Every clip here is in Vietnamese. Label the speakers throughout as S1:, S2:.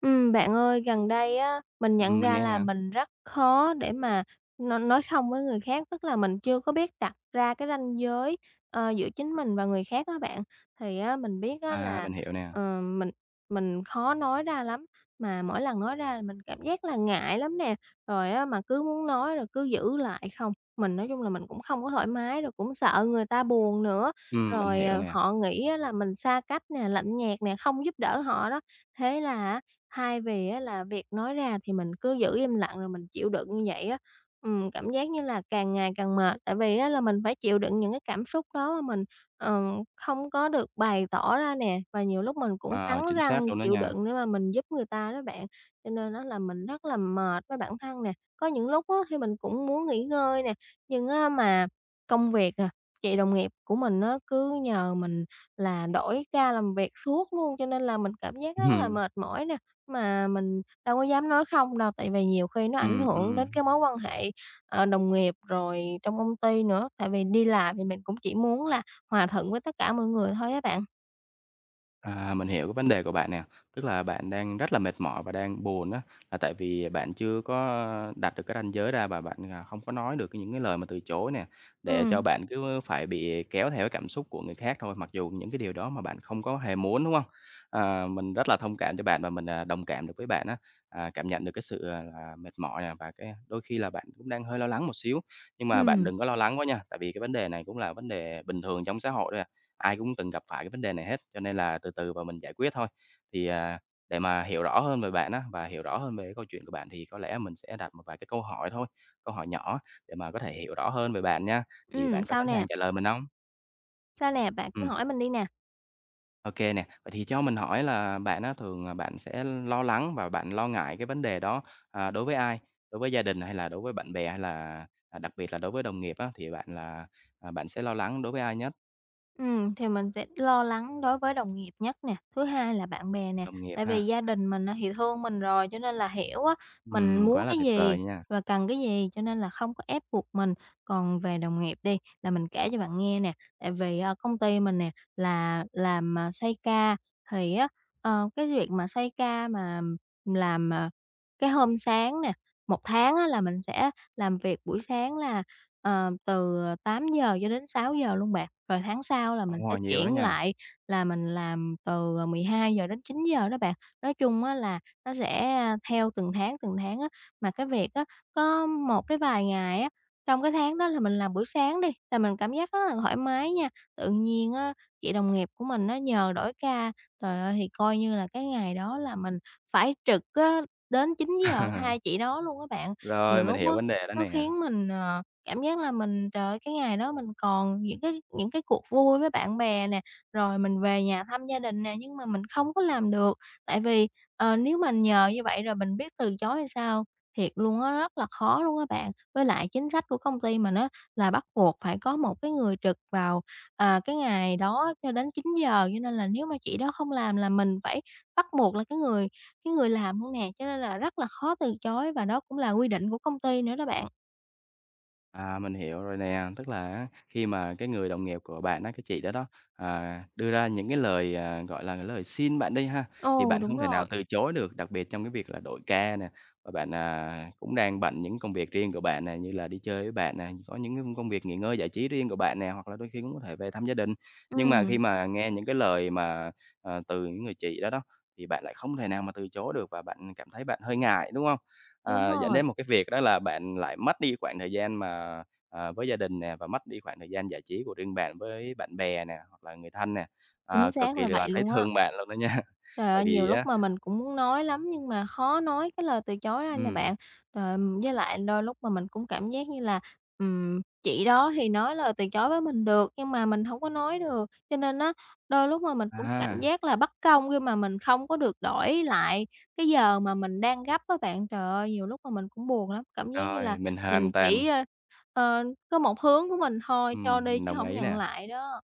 S1: Bạn ơi, gần đây á, mình nhận
S2: Mình
S1: ra
S2: nghe
S1: là
S2: nè.
S1: mình rất khó để mà nói không với người khác, tức là mình chưa có biết đặt ra cái ranh giới, giữa chính mình và người khác á bạn. Thì á, mình biết á
S2: À,
S1: là,
S2: mình hiểu nè.
S1: ờ, mình mình khó nói ra lắm, mà mỗi lần nói ra là mình cảm giác là ngại lắm nè, rồi á, mà cứ muốn nói rồi cứ giữ lại không. Mình nói chung là mình cũng không có thoải mái, rồi cũng sợ người ta buồn nữa,
S2: Mình
S1: rồi,
S2: hiểu nè.
S1: họ nghĩ á là mình xa cách nè, lạnh nhạt nè, không giúp đỡ họ đó. Thế là á, hai về á là việc nói ra thì mình cứ giữ im lặng rồi mình chịu đựng như vậy á, cảm giác như là càng ngày càng mệt, tại vì á là mình phải chịu đựng những cái cảm xúc đó mà mình, ờ, không có được bày tỏ ra nè, và nhiều lúc mình cũng cắn
S2: Ờ, chính
S1: răng
S2: xác luôn đó
S1: chịu
S2: nha.
S1: đựng để mà mình giúp người ta đó bạn. Cho nên á là mình rất là mệt với bản thân nè, có những lúc á thì mình cũng muốn nghỉ ngơi nè, nhưng á mà công việc chị đồng nghiệp của mình nó cứ nhờ mình là đổi ca làm việc suốt luôn, cho nên là mình cảm giác rất là
S2: Ừm,
S1: mệt mỏi nè. Mà mình đâu có dám nói không đâu, tại vì nhiều khi nó ảnh
S2: ừm,
S1: hưởng đến
S2: ừm.
S1: cái mối quan hệ, đồng nghiệp rồi trong công ty nữa, tại vì đi làm thì mình cũng chỉ muốn là hòa thuận với tất cả mọi người thôi á bạn.
S2: À, mình hiểu cái vấn đề của bạn nè, tức là bạn đang rất là mệt mỏi và đang buồn á, là tại vì bạn chưa có đặt được cái ranh giới ra và bạn, à, không có nói được những cái lời mà từ chối nè, để
S1: Ừ,
S2: cho bạn cứ phải bị kéo theo cái cảm xúc của người khác thôi, mặc dù những cái điều đó mà bạn không có hề muốn, đúng không? À, mình rất là thông cảm cho bạn và mình, à, đồng cảm được với bạn á, à, cảm nhận được cái sự, à, là mệt mỏi nè và cái đôi khi là bạn cũng đang hơi lo lắng một xíu. Nhưng mà bạn
S1: ừ,
S2: đừng có lo lắng quá nha, tại vì cái vấn đề này cũng là vấn đề bình thường trong xã hội thôi à. Ai cũng từng gặp phải cái vấn đề này hết, cho nên là từ từ và mình giải quyết thôi. Thì, à, để mà hiểu rõ hơn về bạn á, và hiểu rõ hơn về cái câu chuyện của bạn thì có lẽ mình sẽ đặt một vài cái câu hỏi thôi, câu hỏi nhỏ để mà có thể hiểu rõ hơn về bạn nha. Thì
S1: ừ,
S2: bạn có
S1: sao
S2: sẵn
S1: nè?
S2: sàng trả lời mình không?
S1: Sao nè? Bạn cứ
S2: Ừ,
S1: hỏi mình đi nè.
S2: ok nè. Vậy thì cho mình hỏi là bạn á, thường, à, bạn sẽ lo lắng và bạn lo ngại cái vấn đề đó, à, đối với ai? Đối với gia đình hay là đối với bạn bè hay là, à, đặc biệt là đối với đồng nghiệp á, thì bạn là, à, bạn sẽ lo lắng đối với ai nhất?
S1: Ừ, thì mình sẽ lo lắng đối với đồng nghiệp nhất nè, thứ hai là bạn bè nè,
S2: Đồng nghiệp
S1: tại
S2: ha.
S1: vì gia đình mình á thì thương mình rồi cho nên là hiểu á, mình muốn
S2: Quá là
S1: cái
S2: tuyệt
S1: gì
S2: vời nha.
S1: và cần cái gì cho nên là không có ép buộc mình. Còn về đồng nghiệp đi, là mình kể cho bạn nghe nè, tại vì, công ty mình nè là làm, xây ca thì á, cái việc mà xây ca mà làm, cái hôm sáng nè, một tháng á là mình sẽ làm việc buổi sáng là từ 8 giờ cho đến 6 giờ luôn bạn. Rồi tháng sau là mình
S2: Phản
S1: sẽ
S2: hồi nhiều đó
S1: chuyển
S2: nha.
S1: lại là mình làm từ, 12 giờ đến 9 giờ đó bạn. Nói chung á là nó sẽ, theo từng tháng á. Mà cái việc á, có một cái vài ngày á, trong cái tháng đó là mình làm buổi sáng đi, là mình cảm giác rất là thoải mái nha. Tự nhiên á, chị đồng nghiệp của mình nó nhờ đổi ca, trời ơi, thì coi như là cái ngày đó là mình phải trực á, đến 9 giờ thay chị đó luôn các bạn. Nhiều
S2: Rồi, mình
S1: lúc á,
S2: hiểu vấn đề đó
S1: nó
S2: nè.
S1: khiến mình, cảm giác là mình, trời ơi, cái ngày đó mình còn những cái cuộc vui với bạn bè nè, rồi mình về nhà thăm gia đình nè, nhưng mà mình không có làm được. Tại vì, nếu mà nhờ như vậy rồi mình biết từ chối hay sao? Thiệt luôn á, rất là khó luôn á bạn. Với lại chính sách của công ty mình á, là bắt buộc phải có một cái người trực vào, cái ngày đó cho đến 9 giờ cho nên là nếu mà chị đó không làm là mình phải bắt buộc là cái người làm luôn nè, cho nên là rất là khó từ chối và đó cũng là quy định của công ty nữa đó bạn.
S2: À, mình hiểu rồi nè, tức là á, khi mà cái người đồng nghiệp của bạn á, cái chị đó đó, à, đưa ra những cái lời, à, gọi là, lời xin bạn đi ha, thì
S1: Ồ,
S2: bạn
S1: đúng
S2: không thể nào
S1: rồi.
S2: từ chối được, đặc biệt trong cái việc là đổi ca nè, và bạn, à, cũng đang bận những công việc riêng của bạn nè, như là đi chơi với bạn nè, có những cái công việc nghỉ ngơi giải trí riêng của bạn nè, hoặc là đôi khi cũng có thể về thăm gia đình. Nhưng mà khi
S1: Ừm,
S2: mà nghe những cái lời mà, ờ, từ những người chị đó đó, thì bạn lại không thể nào mà từ chối được và bạn cảm thấy bạn hơi ngại, đúng không?
S1: đúng
S2: Ờ, dẫn
S1: rồi,
S2: đến một cái việc đó là bạn lại mất đi khoảng thời gian mà, ờ, với gia đình nè, và mất đi khoảng thời gian giải trí của riêng bạn với bạn bè nè, hoặc là người thân nè. Ờ,
S1: chính
S2: cực
S1: xác
S2: kỳ
S1: là vậy
S2: là thấy
S1: luôn á.
S2: thương bạn luôn đó nha.
S1: Trời
S2: Vậy
S1: ơi, nhiều
S2: thì
S1: lúc
S2: á,
S1: mà mình cũng muốn nói lắm nhưng mà khó nói cái lời từ chối ra nè bạn.
S2: ừm,
S1: Rồi với lại đôi lúc mà mình cũng cảm giác như là, chị đó thì nói lời từ chối với mình được nhưng mà mình không có nói được, cho nên á, đôi lúc mà mình cũng cảm
S2: à,
S1: giác là bất công khi mà mình không có được đổi lại cái giờ mà mình đang gấp á bạn. Trời ơi, nhiều lúc mà mình cũng buồn lắm, cảm giác như là
S2: rồi, mình
S1: mình
S2: hoàn
S1: chỉ,
S2: toàn
S1: ờ, có một hướng của mình thôi, cho đi
S2: mình
S1: chứ
S2: đồng
S1: không
S2: ý
S1: nhận
S2: nè.
S1: lại đó.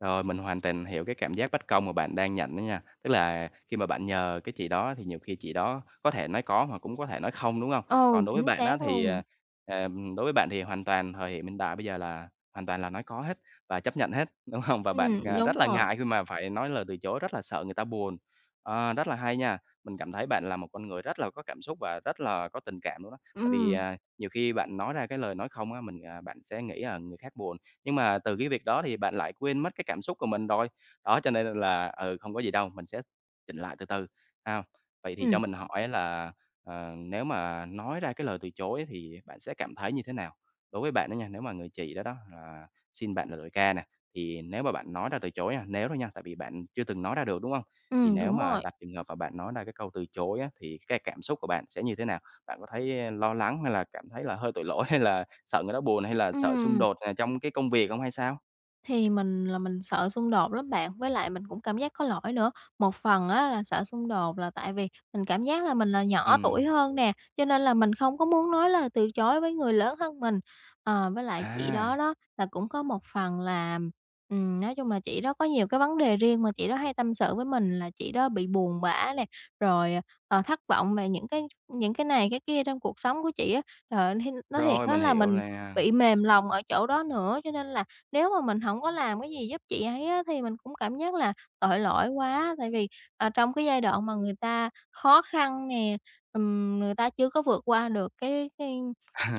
S2: Rồi, mình hoàn toàn hiểu cái cảm giác bất công mà bạn đang nhận đó nha. Tức là khi mà bạn nhờ cái chị đó thì nhiều khi chị đó có thể nói có mà cũng có thể nói không, đúng không?
S1: Ừ,
S2: Còn đối với
S1: chính
S2: bạn á
S1: xác
S2: thì,
S1: luôn.
S2: ờ, đối với bạn thì hoàn toàn thời hiện hiện đại bây giờ là hoàn toàn là nói có hết và chấp nhận hết, đúng không? Và bạn, à,
S1: Đúng
S2: rất là
S1: rồi.
S2: ngại khi mà phải nói lời từ chối, rất là sợ người ta buồn. Ờ, rất là hay nha, mình cảm thấy bạn là một con người rất là có cảm xúc và rất là có tình cảm luôn á. Tại vì,
S1: Ừm,
S2: à, nhiều khi bạn nói ra cái lời nói không á, mình, à, bạn sẽ nghĩ, là người khác buồn. Nhưng mà từ cái việc đó thì bạn lại quên mất cái cảm xúc của mình rồi. Đó, cho nên là, ừ, không có gì đâu, mình sẽ chỉnh lại từ từ, ha. Vậy thì
S1: ừm,
S2: cho mình hỏi là, ờ, nếu mà nói ra cái lời từ chối thì bạn sẽ cảm thấy như thế nào? Đối với bạn đó nha, nếu mà người chị đó đó là xin bạn là đổi ca nè, thì nếu mà bạn nói ra từ chối nha, nếu thôi nha, tại vì bạn chưa từng nói ra được, đúng không? Thì nếu
S1: đúng
S2: mà
S1: rồi.
S2: đặt trường hợp mà bạn nói ra cái câu từ chối á, thì cái cảm xúc của bạn sẽ như thế nào? Bạn có thấy ờ, lo lắng hay là cảm thấy là hơi tội lỗi hay là sợ người đó buồn hay là sợ xung
S1: Ừm.
S2: đột, à, trong cái công việc không hay sao?
S1: Thì mình sợ xung đột lắm bạn, với lại mình cũng cảm giác có lỗi nữa. Một phần á là sợ xung đột là tại vì mình cảm giác là mình là nhỏ tuổi
S2: Ừm,
S1: hơn nè, cho nên là mình không có muốn nói lời từ chối với người lớn hơn mình. Với lại chị
S2: à,
S1: đó đó là cũng có một phần là, nói chung là chị đó có nhiều cái vấn đề riêng mà chị đó hay tâm sự với mình là chị đó bị buồn bã nè, rồi, thất vọng về những cái này cái kia trong cuộc sống của chị á. Trời ơi, nói thiệt
S2: rồi
S1: á
S2: mình
S1: là
S2: hiểu
S1: mình
S2: nè.
S1: bị mềm lòng ở chỗ đó nữa, cho nên là nếu mà mình hổng có làm cái gì giúp chị ấy á, thì mình cũng cảm giác là tội lỗi quá, tại vì, trong cái giai đoạn mà người ta khó khăn nè, người ta chưa có vượt qua được cái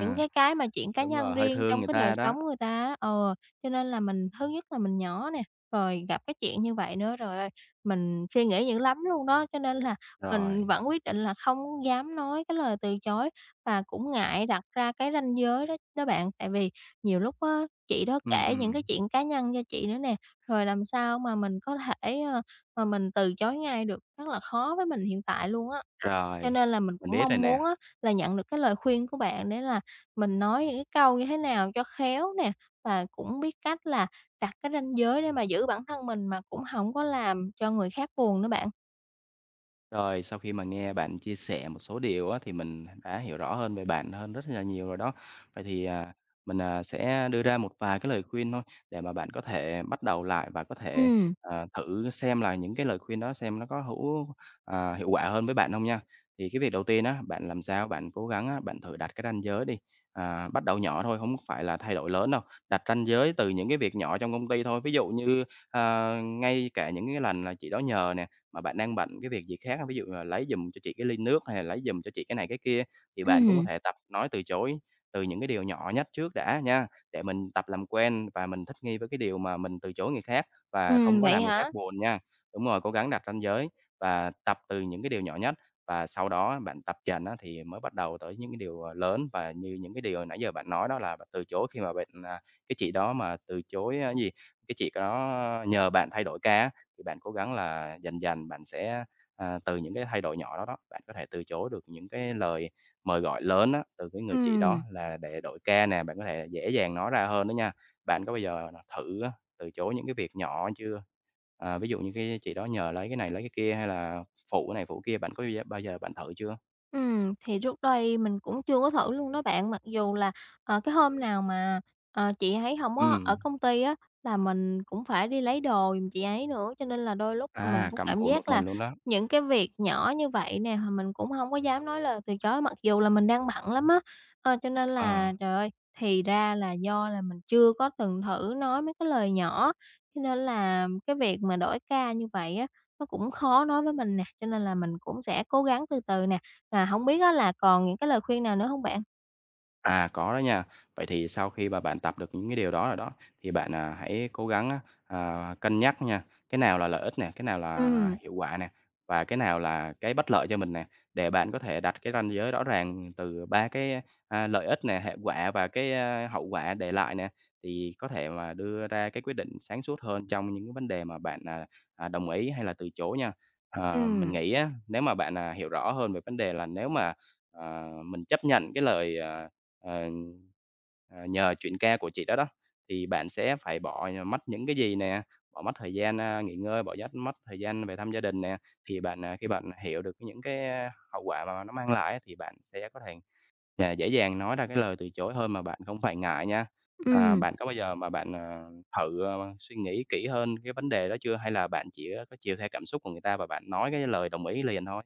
S1: những cái mà chuyện cá
S2: Đúng
S1: nhân
S2: rồi, hơi
S1: riêng
S2: thương
S1: trong
S2: người
S1: cái đời
S2: ta đó.
S1: sống người ta á. Ờ, cho nên là mình thứ nhất là mình nhỏ nè, rồi gặp cái chuyện như vậy nữa, trời ơi, mình suy nghĩ dữ lắm luôn đó, cho nên là mình
S2: Rồi,
S1: vẫn quyết định là không dám nói cái lời từ chối và cũng ngại đặt ra cái ranh giới đó đó bạn. Tại vì nhiều lúc á, chị đó
S2: ừm,
S1: kể những cái
S2: ừm,
S1: chuyện cá nhân cho chị nữa nè, rồi làm sao mà mình có thể, mà mình từ chối ngay được, rất là khó với mình hiện tại luôn á. Cho
S2: rồi,
S1: nên là mình
S2: mình
S1: cũng
S2: biết rồi
S1: mong
S2: nè.
S1: muốn á là nhận được cái lời khuyên của bạn để là mình nói những cái câu như thế nào cho khéo nè, và cũng biết cách là đặt cái ranh giới để mà giữ bản thân mình mà cũng không có làm cho người khác buồn nữa bạn.
S2: Rồi, sau khi mà nghe bạn chia sẻ một số điều á, thì mình đã hiểu rõ hơn về bạn hơn rất là nhiều rồi đó. Vậy thì, à, mình, à, sẽ đưa ra một vài cái lời khuyên thôi để mà bạn có thể bắt đầu lại và có thể,
S1: Ừm.
S2: ờ, thử xem là những cái lời khuyên đó xem nó có hữu à, hiệu quả hơn với bạn không nha. Thì cái việc đầu tiên á, bạn làm sao bạn cố gắng á, bạn thử đặt cái ranh giới đi, à, bắt đầu nhỏ thôi, không phải là thay đổi lớn đâu. Đặt ranh giới từ những cái việc nhỏ trong công ty thôi, ví dụ như, ờ, ngay cả những cái lần là chị đó nhờ nè, mà bạn đang bận cái việc gì khác. Ví dụ là lấy giùm cho chị cái ly nước hay là lấy giùm cho chị cái này cái kia, thì bạn cũng có
S1: Ừm.
S2: thể tập nói từ chối từ những cái điều nhỏ nhất trước đã nha, để mình tập làm quen và mình thích nghi với cái điều mà mình từ chối người khác và không có
S1: Vậy
S2: làm người khác
S1: hả?
S2: buồn nha. Đúng rồi, cố gắng đặt ranh giới và tập từ những cái điều nhỏ nhất và sau đó bạn tập dần á thì mới bắt đầu tới những cái điều, ờ, lớn và như những cái điều nãy giờ bạn nói đó là bạn từ chối khi mà bạn, à, cái chị đó mà từ chối, a, gì, cái chị đó nhờ bạn thay đổi ca á, thì bạn cố gắng là dần dần bạn sẽ, à, từ những cái thay đổi nhỏ đó đó, bạn có thể từ chối được những cái lời mời gọi lớn á, từ cái người chị đó
S1: Ừm.
S2: là để đổi ca nè, bạn có thể dễ dàng nói ra hơn đó nha. Bạn có bao giờ là thử á, từ chối những cái việc nhỏ chưa? À, ví dụ như cái chị đó nhờ lấy cái này lấy cái kia hay là phụ cái này phụ cái kia, bạn có bao giờ bạn thử chưa?
S1: Ừ, thì trước đây mình cũng chưa có thử luôn đó bạn, mặc dù là, cái hôm nào mà, chị ấy không có ở
S2: Ừm,
S1: công ty á, là mình cũng phải đi lấy đồ giùm chị ấy nữa, cho nên là đôi lúc mà mình
S2: à,
S1: cũng
S2: cầm
S1: cảm
S2: cụi một
S1: giác là
S2: mình luôn đó,
S1: những cái việc nhỏ như vậy nè, mà mình cũng không có dám nói lời từ chối mặc dù là mình đang bận lắm á. Cho nên là,
S2: ờ.
S1: trời ơi, thì ra là do là mình chưa có từng thử nói mấy cái lời nhỏ, cho nên là cái việc mà đổi ca như vậy á, nó cũng khó nói với mình nè, cho nên là mình cũng sẽ cố gắng từ từ nè. Là hổng biết á là còn những cái lời khuyên nào nữa hông bạn?
S2: À, có đó nha. Vậy thì sau khi mà bạn tập được những cái điều đó rồi đó, thì bạn, à, hãy cố gắng á, à, cân nhắc nha, cái nào là lợi ích nè, cái nào là
S1: Ừm,
S2: hiệu quả nè, và cái nào là cái bất lợi cho mình nè, để bạn có thể đặt cái ranh giới rõ ràng từ 3 cái, a, lợi ích nè, hệ quả và cái, a, hậu quả để lại nè, thì có thể mà đưa ra cái quyết định sáng suốt hơn trong những cái vấn đề mà bạn, à, à, đồng ý hay là từ chối nha. Ờ, mình
S1: ừm,
S2: nghĩ á, nếu mà bạn, à, hiểu rõ hơn về vấn đề là nếu mà Ờ, mình chấp nhận cái lời, ờ, ờ, ờ, nhờ chuyện ca của chị đó đó, thì bạn sẽ phải bỏ mất những cái gì nè, bỏ mất thời gian, a, nghỉ ngơi, bỏ dắt mất thời gian về thăm gia đình nè. Thì bạn, à, khi bạn hiểu được những cái, a, hậu quả mà nó mang lại á, thì bạn sẽ có thể, à, dễ dàng nói ra cái lời từ chối hơn mà bạn không phải ngại nha. À,
S1: ừm.
S2: bạn có bao giờ mà bạn, à, thử, ờ, suy nghĩ kỹ hơn cái vấn đề đó chưa? Hay là bạn chỉ có chiều theo cảm xúc của người ta và bạn nói cái lời đồng ý liền thôi?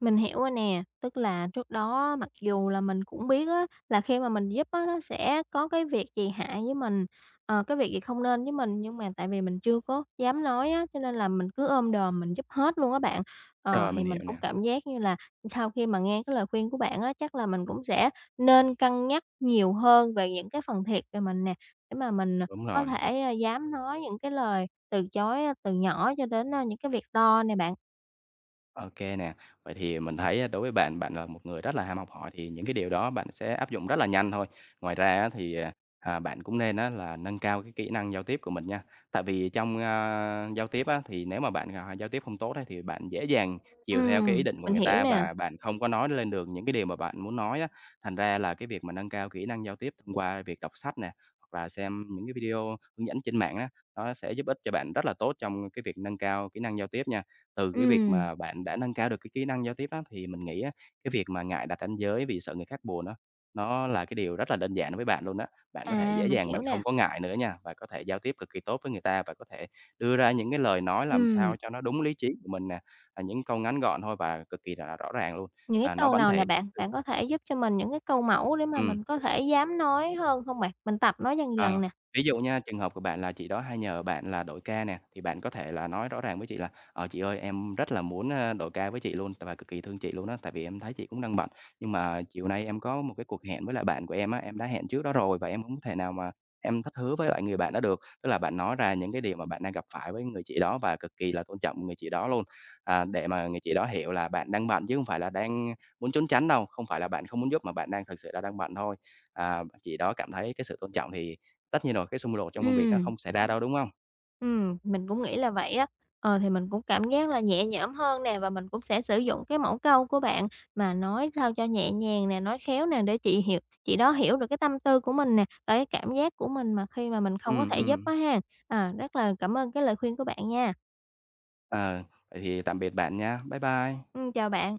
S1: Mình hiểu rồi nè, tức là trước đó mặc dù là mình cũng biết á, là khi mà mình giúp á, nó sẽ có cái việc gì hại với mình, cái việc gì không nên với mình, nhưng mà tại vì mình chưa có dám nói á, cho nên là mình cứ ôm đồm mình giúp hết luôn á bạn.
S2: Rồi,
S1: Thì
S2: mình hiểu
S1: mình cũng
S2: nè,
S1: cảm giác như là sau khi mà nghe cái lời khuyên của bạn á, chắc là mình cũng sẽ nên cân nhắc nhiều hơn về những cái phần thiệt về mình nè, để mà mình
S2: đúng
S1: có
S2: rồi.
S1: thể, dám nói những cái lời từ chối từ nhỏ cho đến, những cái việc to nè bạn.
S2: OK nè. Vậy thì mình thấy á, đối với bạn, bạn là một người rất là ham học hỏi thì những cái điều đó bạn sẽ áp dụng rất là nhanh thôi. Ngoài ra á, thì, à, à, bạn cũng nên á, là nâng cao cái kỹ năng giao tiếp của mình nha. Tại vì trong, a, giao tiếp á, thì nếu mà bạn, à, giao tiếp không tốt ấy, thì bạn dễ dàng chiều theo cái ý định của
S1: Mình
S2: người
S1: hiểu
S2: ta
S1: nè.
S2: và bạn không có nói lên được những cái điều mà bạn muốn nói á. Thành ra là cái việc mà nâng cao kỹ năng giao tiếp thông qua việc đọc sách nè, hoặc là xem những cái video hướng dẫn trên mạng á, nó sẽ giúp ích cho bạn rất là tốt trong cái việc nâng cao kỹ năng giao tiếp nha. Từ cái việc
S1: Ừm.
S2: mà bạn đã nâng cao được cái kỹ năng giao tiếp á, thì mình nghĩ á, cái việc mà ngại đặt ranh giới vì sợ người khác buồn á, nó là cái điều rất là đơn giản với bạn luôn á. Bạn có thể
S1: À,
S2: dễ
S1: mình
S2: dàng
S1: hiểu
S2: bạn
S1: nè.
S2: không có ngại nữa nha, và có thể giao tiếp cực kỳ tốt với người ta và có thể đưa ra những cái lời nói làm
S1: Ừm.
S2: sao cho nó đúng lý trí của mình nè, à, những câu ngắn gọn thôi và cực kỳ là rõ ràng luôn,
S1: Những cái
S2: à, nó
S1: câu
S2: bảnh
S1: nào nè
S2: thể.
S1: bạn? Bạn có thể giúp cho mình những cái câu mẫu để mà
S2: Ừm.
S1: mình có thể dám nói hơn hông bạn? Mình tập nói dần dần
S2: Ờ,
S1: nè.
S2: ví dụ nha, trường hợp của bạn là chị đó hay nhờ bạn là đổi ca nè, thì bạn có thể là nói rõ ràng với chị là "Ờ, chị ơi, em rất là muốn, a, đổi ca với chị luôn, tại và cực kỳ thương chị luôn á, tại vì em thấy chị cũng đang bận. Nhưng mà chiều nay em có một cái cuộc hẹn với lại bạn của em á, em đã hẹn trước đó rồi và em không thể nào mà em thất hứa với lại người bạn đó được." Tức là bạn nói ra những cái điều mà bạn đang gặp phải với người chị đó và cực kỳ là tôn trọng người chị đó luôn, à, để mà người chị đó hiểu là bạn đang bận chứ không phải là đang muốn trốn tránh đâu, không phải là bạn không muốn giúp mà bạn đang thực sự là đang bận thôi. À, chị đó cảm thấy cái sự tôn trọng thì tất nhiên rồi, cái xung đột trong công việc nó
S1: Ừm.
S2: không xảy ra đâu, đúng không?
S1: Mình cũng nghĩ là vậy á. Thì mình cũng cảm giác là nhẹ nhõm hơn nè và mình cũng sẽ sử dụng cái mẫu câu của bạn mà nói sao cho nhẹ nhàng nè, nói khéo nè để chị đó hiểu được cái tâm tư của mình nè, và cái cảm giác của mình mà khi mà mình không có
S2: Ừ
S1: thể giúp
S2: ừ.
S1: á ha. À, rất là cảm ơn cái lời khuyên của bạn nha.
S2: Ờ, vậy thì tạm biệt bạn nha. Bye bye.
S1: Chào bạn.